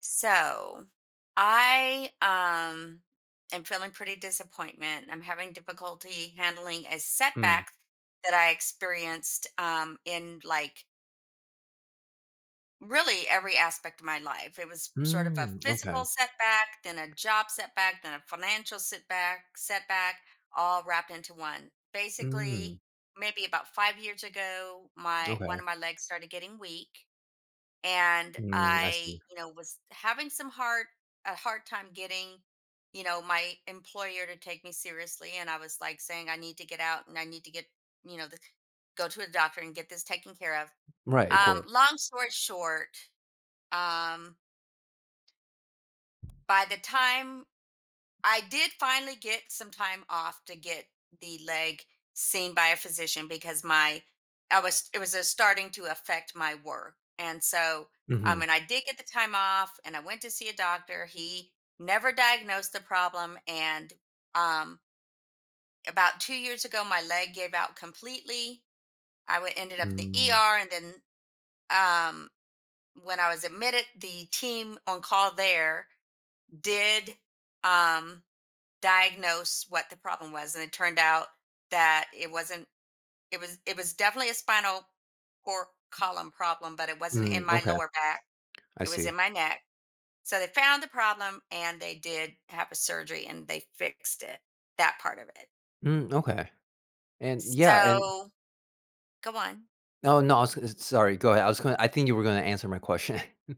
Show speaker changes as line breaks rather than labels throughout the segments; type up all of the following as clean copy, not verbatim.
So I am feeling pretty disappointment. I'm having difficulty handling a
Mm.
setback that I experienced in really every aspect of my life. It was sort of a
Mm, okay.
physical setback, then a job setback, then a financial setback, all wrapped into one. Basically,
Mm,
maybe about 5 years ago, my one
okay.
of my legs started getting weak and
Mm, I
I,
see.
was having some hard a hard time getting, my employer to take me seriously. And I was like saying, I need to get out and I need to get, you know, the, go to a doctor and get this taken care of.
Right, of course.
Long story short, um, by the time I did finally get some time off to get the leg seen by a physician because my I was it was starting to affect my work. And so
Mhm.
and I did get the time off and I went to see a doctor. He never diagnosed the problem and um about 2 years ago my leg gave out completely. Ended up in the
Mm.
ER, and then um when I was admitted, the team on call there did um diagnose what the problem was, and it turned out that it wasn't it was definitely a spinal cord column problem, but it wasn't in
Mm,
my
okay,
lower back,
I
it was
see.
in my neck. So they found the problem and they did have a surgery and they fixed it, that part of it.
Mm, okay. And yeah, and
So go on.
oh, no, I was sorry, go ahead. I think you were gonna answer my question.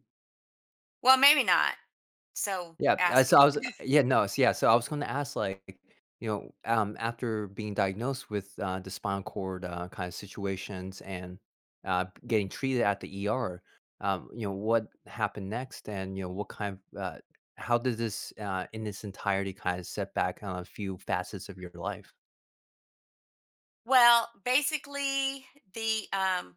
Well, maybe not, so
Yeah, I
ask it.
so I was yeah, no, so I was gonna ask, like, after being diagnosed with, the spinal cord, kind of situations and, getting treated at the ER, what happened next? And, how did this, in its entirety kind of set back on a few facets of your life?
Well, basically, the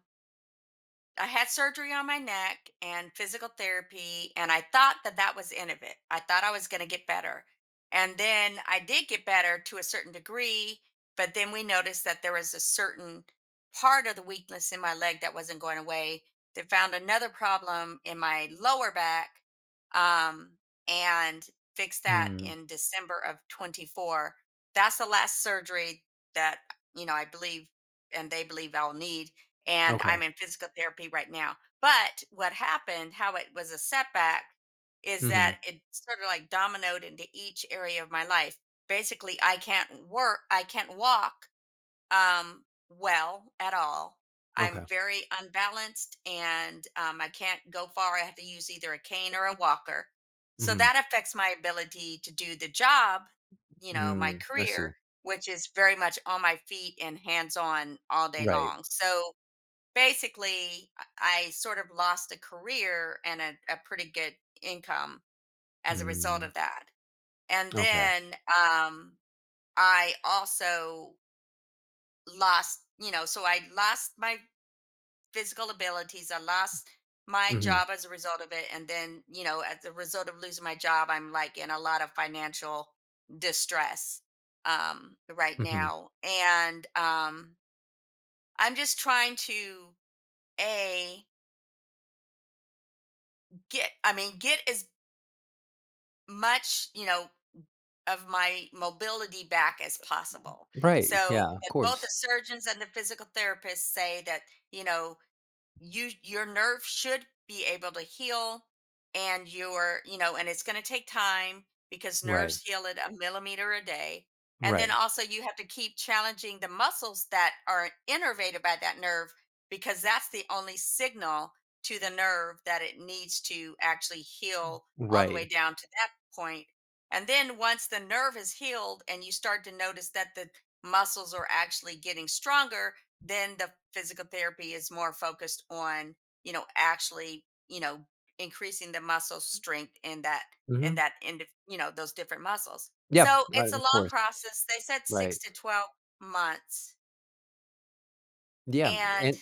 I had surgery on my neck and physical therapy, and I thought that that was the end of it. I thought I was going to get better. And then I did get better to a certain degree, but then we noticed that there was a certain part of the weakness in my leg that wasn't going away. They found another problem in my lower back, um, and fixed that
Mm,
in December of 24. That's the last surgery that, I believe and they believe I'll need, and
okay.
I'm in physical therapy right now. But what happened, how it was a setback, is
Mhm.
that it sort of like dominoed into each area of my life. Basically, I can't work, I can't walk, well, at all. I'm
Okay.
very unbalanced and I can't go far. I have to use either a cane or a walker. So
Mhm.
that affects my ability to do the job, you know, my
Mm, I
career,
see.
which is very much on my feet and hands on all day
Right.
long. So basically, I sort of lost a career and a pretty good income as a result
Mm,
of that. And
okay.
then, I also lost, you know, so I lost my physical abilities. I lost my
Mhm.
job as a result of it. And then, you know, as a result of losing my job, I'm like in a lot of financial distress right
Mhm.
now. And I'm just trying to, A, get I mean get as much, you know, of my mobility back as possible.
Right,
So,
yeah, of
both the
course.
surgeons and the physical therapists say that, you know, your nerve should be able to heal and you know, and it's going to take time because
Right,
nerves heal at a millimeter a day. And then
right.
also you have to keep challenging the muscles that are innervated by that nerve, because that's the only signal to the nerve that it needs to actually heal all the way
Right.
down to that point. And then once the nerve is healed and you start to notice that the muscles are actually getting stronger, then the physical therapy is more focused on, you know, actually, you know, increasing the muscle strength in that in
Mhm.
that in you know, those different muscles.
Yeah,
So it's a
of
long
course.
process, they said six
Right.
to 12 months.
Yeah,
And
and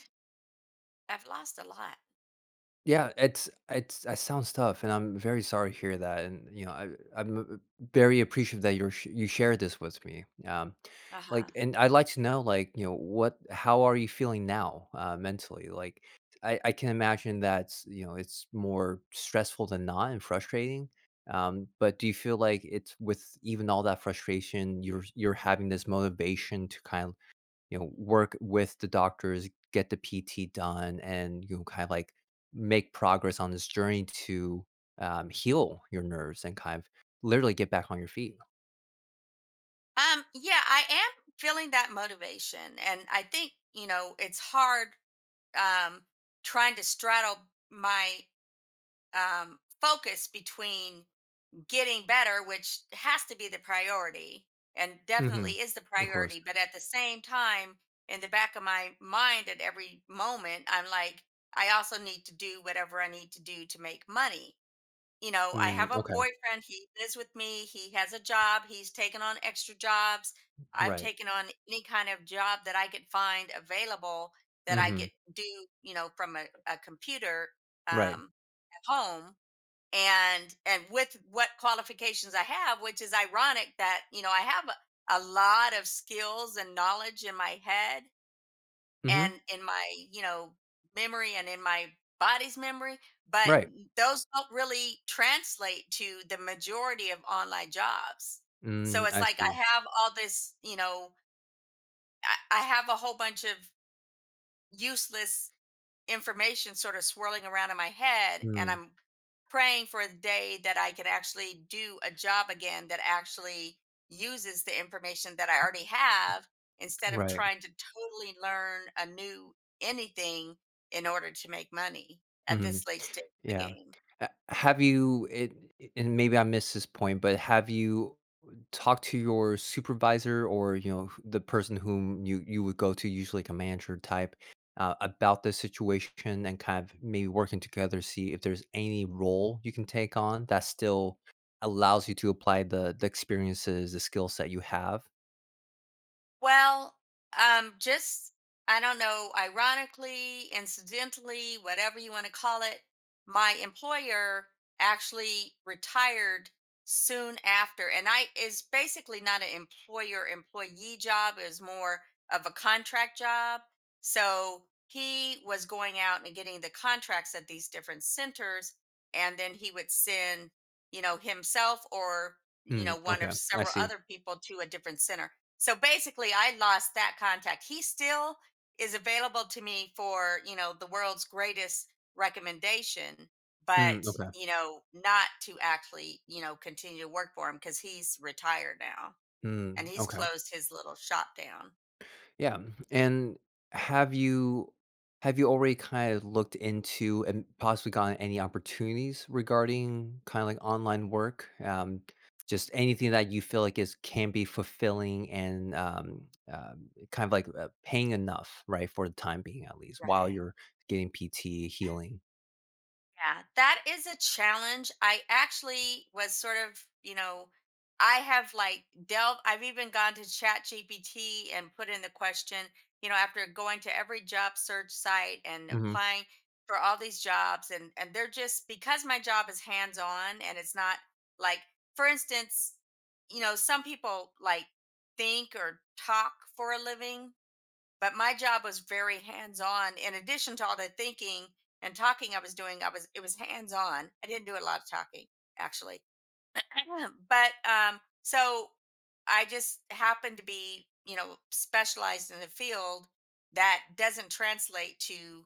I've lost a lot.
yeah, it's that sounds tough, and I'm very sorry to hear that, and, I'm very appreciative that you shared this with me, like
Uh-huh.
and I'd like to know, like, you know, what how are you feeling now, mentally? Like, I can imagine it's more stressful than not and frustrating, but do you feel like it's with even all that frustration, you're having this motivation to kind of work with the doctors, get the PT done, and kind of like make progress on this journey to heal your nerves and kind of literally get back on your feet.
Yeah, I am feeling that motivation and I think, you know, it's hard. um Trying to straddle my focus between getting better, which has to be the priority and
Hmm.
definitely is the
Of course.
priority. But at the same time, in the back of my mind at every moment, I'm like, I also need to do whatever I need to do to make money. You know, I
Mm,
have a
okay.
boyfriend, he lives with me, he has a job, he's taken on extra jobs. I've
Right.
taken on any kind of job that I could find available that I
Hmm.
could do, you know, from a computer,
Right.
um, at home, and with what qualifications I have, which is ironic that, you know, I have a lot of skills and knowledge in my head
Hmm.
and in my, you know, memory, and in my body's memory, but
Right.
those don't really translate to the majority of online jobs. So
Mm,
it's
I
like
see.
I have all this, you know, I have a whole bunch of useless information sort of swirling around in my head, and
Mm,
I'm praying for a day that I can actually do a job again that actually uses the information that I already have, instead of
right.
trying to totally learn a new anything in order to make money at
Mm,
this late stage of the
yeah.
game.
Have you it? And maybe I missed this point, but have you talk to your supervisor or the person whom you would go to usually, like a manager type, about the situation and kind of maybe working together, see if there's any role you can take on that still allows you to apply the experiences, the skill set you have.
Well, just I don't know, ironically, incidentally, whatever you want to call it, my employer actually retired soon after, and I is basically not an employer employee job; it was more of a contract job. So he was going out and getting the contracts at these different centers, and then he would send, you know, himself or, you
Mm,
know, one of
okay, I
several
see.
other people to a different center. So basically I lost that contact. He still is available to me for, you know, the world's greatest recommendation, but,
Mm, okay.
you know, not to actually, you know, continue to work for him because he's retired now and
Mm,
he's
okay.
closed his little shop down.
Yeah, and have you have you already kind of looked into and possibly gotten any opportunities regarding kind of like online work? Just anything that you feel like is can be fulfilling and kind of like paying enough, right, for the time being at least, while
Right.
you're getting PT healing.
Yeah, that is a challenge. I actually was sort of, you know, I have like delved, I've even gone to Chat GPT and put in the question, you know, after going to every job search site and
Hmm.
applying for all these jobs, and they're just because my job is hands-on and it's not like, for instance, you know, some people like think or talk for a living, but my job was very hands-on in addition to all the thinking and talking. I was doing i was it was hands-on, I didn't do a lot of talking actually. but so I just happened to be, you know, specialized in the field that doesn't translate to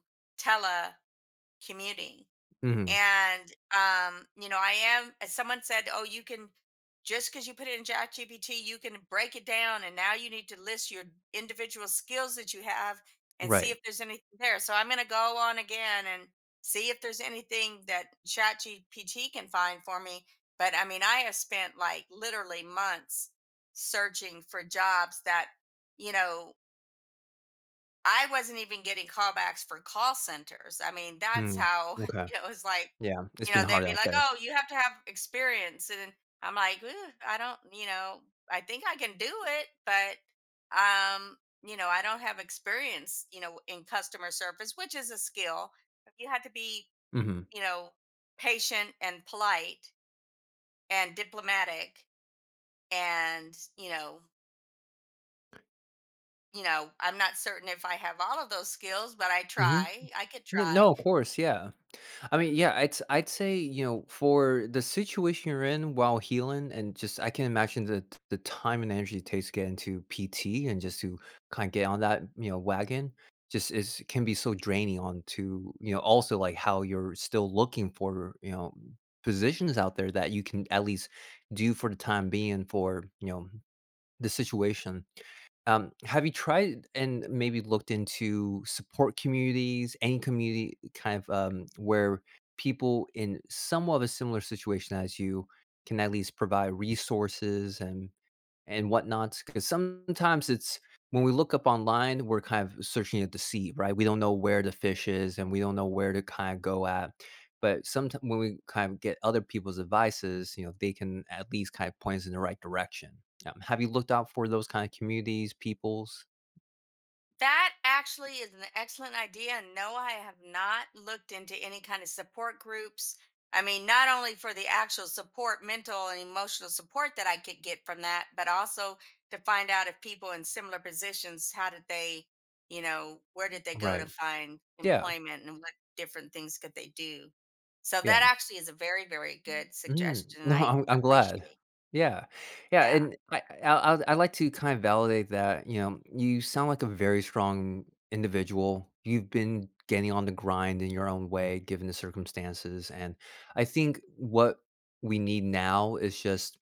telecommuting.
Hmm.
And you know, I am, as someone said, oh, you can just because you put it in ChatGPT, you can break it down and now you need to list your individual skills that you have and see
Right.
if there's anything there. So I'm gonna go on again and see if there's anything that ChatGPT can find for me. But I mean, I have spent like literally months searching for jobs that, you know, I wasn't even getting callbacks for call centers. I mean, that's
Mm.
how
Okay.
you know, it was like,
Yeah, it's
you
been
know, they'd
hard
be
out
like,
there.
"Oh, you have to have experience," and I'm like, "Ugh, I don't, you know, I think I can do it, but um, you know, I don't have experience, you know, in customer service, which is a skill. You have to be,
Hmm.
you know, patient and polite and diplomatic, and you know, I'm not certain if I have all of those skills, but I
Hmm.
try. I could
Yeah,
try."
no, of course. Yeah. I mean, yeah, it's I'd say, for the situation you're in while healing. And just I can imagine the time and energy it takes to get into PT and just to kind of get on that, wagon. Just is can be so draining on to, also like how you're still looking for, positions out there that you can at least do for the time being for, the situation. Have you tried and maybe looked into support communities, any community kind of, where people in somewhat of a similar situation as you can at least provide resources and whatnot. Because sometimes it's when we look up online, we're kind of searching at the sea, right? We don't know where the fish is, and we don't know where to kind of go at. But sometimes when we kind of get other people's advices, they can at least kind of point us in the right direction. Have you looked out for those kind of communities, peoples?
That actually is an excellent idea. And no, I have not looked into any kind of support groups. I mean, not only for the actual support, mental and emotional support that I could get from that, but also to find out if people in similar positions, how did they, you know, where did they go
Right.
to find
Yeah.
employment and what different things could they do? So
Yeah.
that actually is a very, very good
Mm.
suggestion. And
No,
I
I'm glad.
appreciate.
Yeah. Yeah,
Yeah.
and I like to kind of validate that, you sound like a very strong individual. You've been getting on the grind in your own way given the circumstances, and I think what we need now is just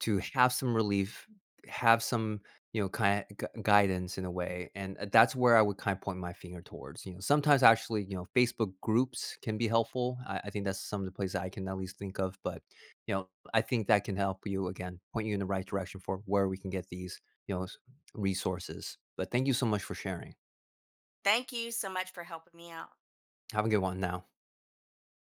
to have some relief, have some, kind of gu guidance in a way. And that's where I would kind of point my finger towards, sometimes actually, Facebook groups can be helpful. I think that's some of the places I can at least think of, but, I think that can help you again, point you in the right direction for where we can get these, you know, s resources. But thank you so much for sharing.
Thank you so much for helping me out.
Have a good one now.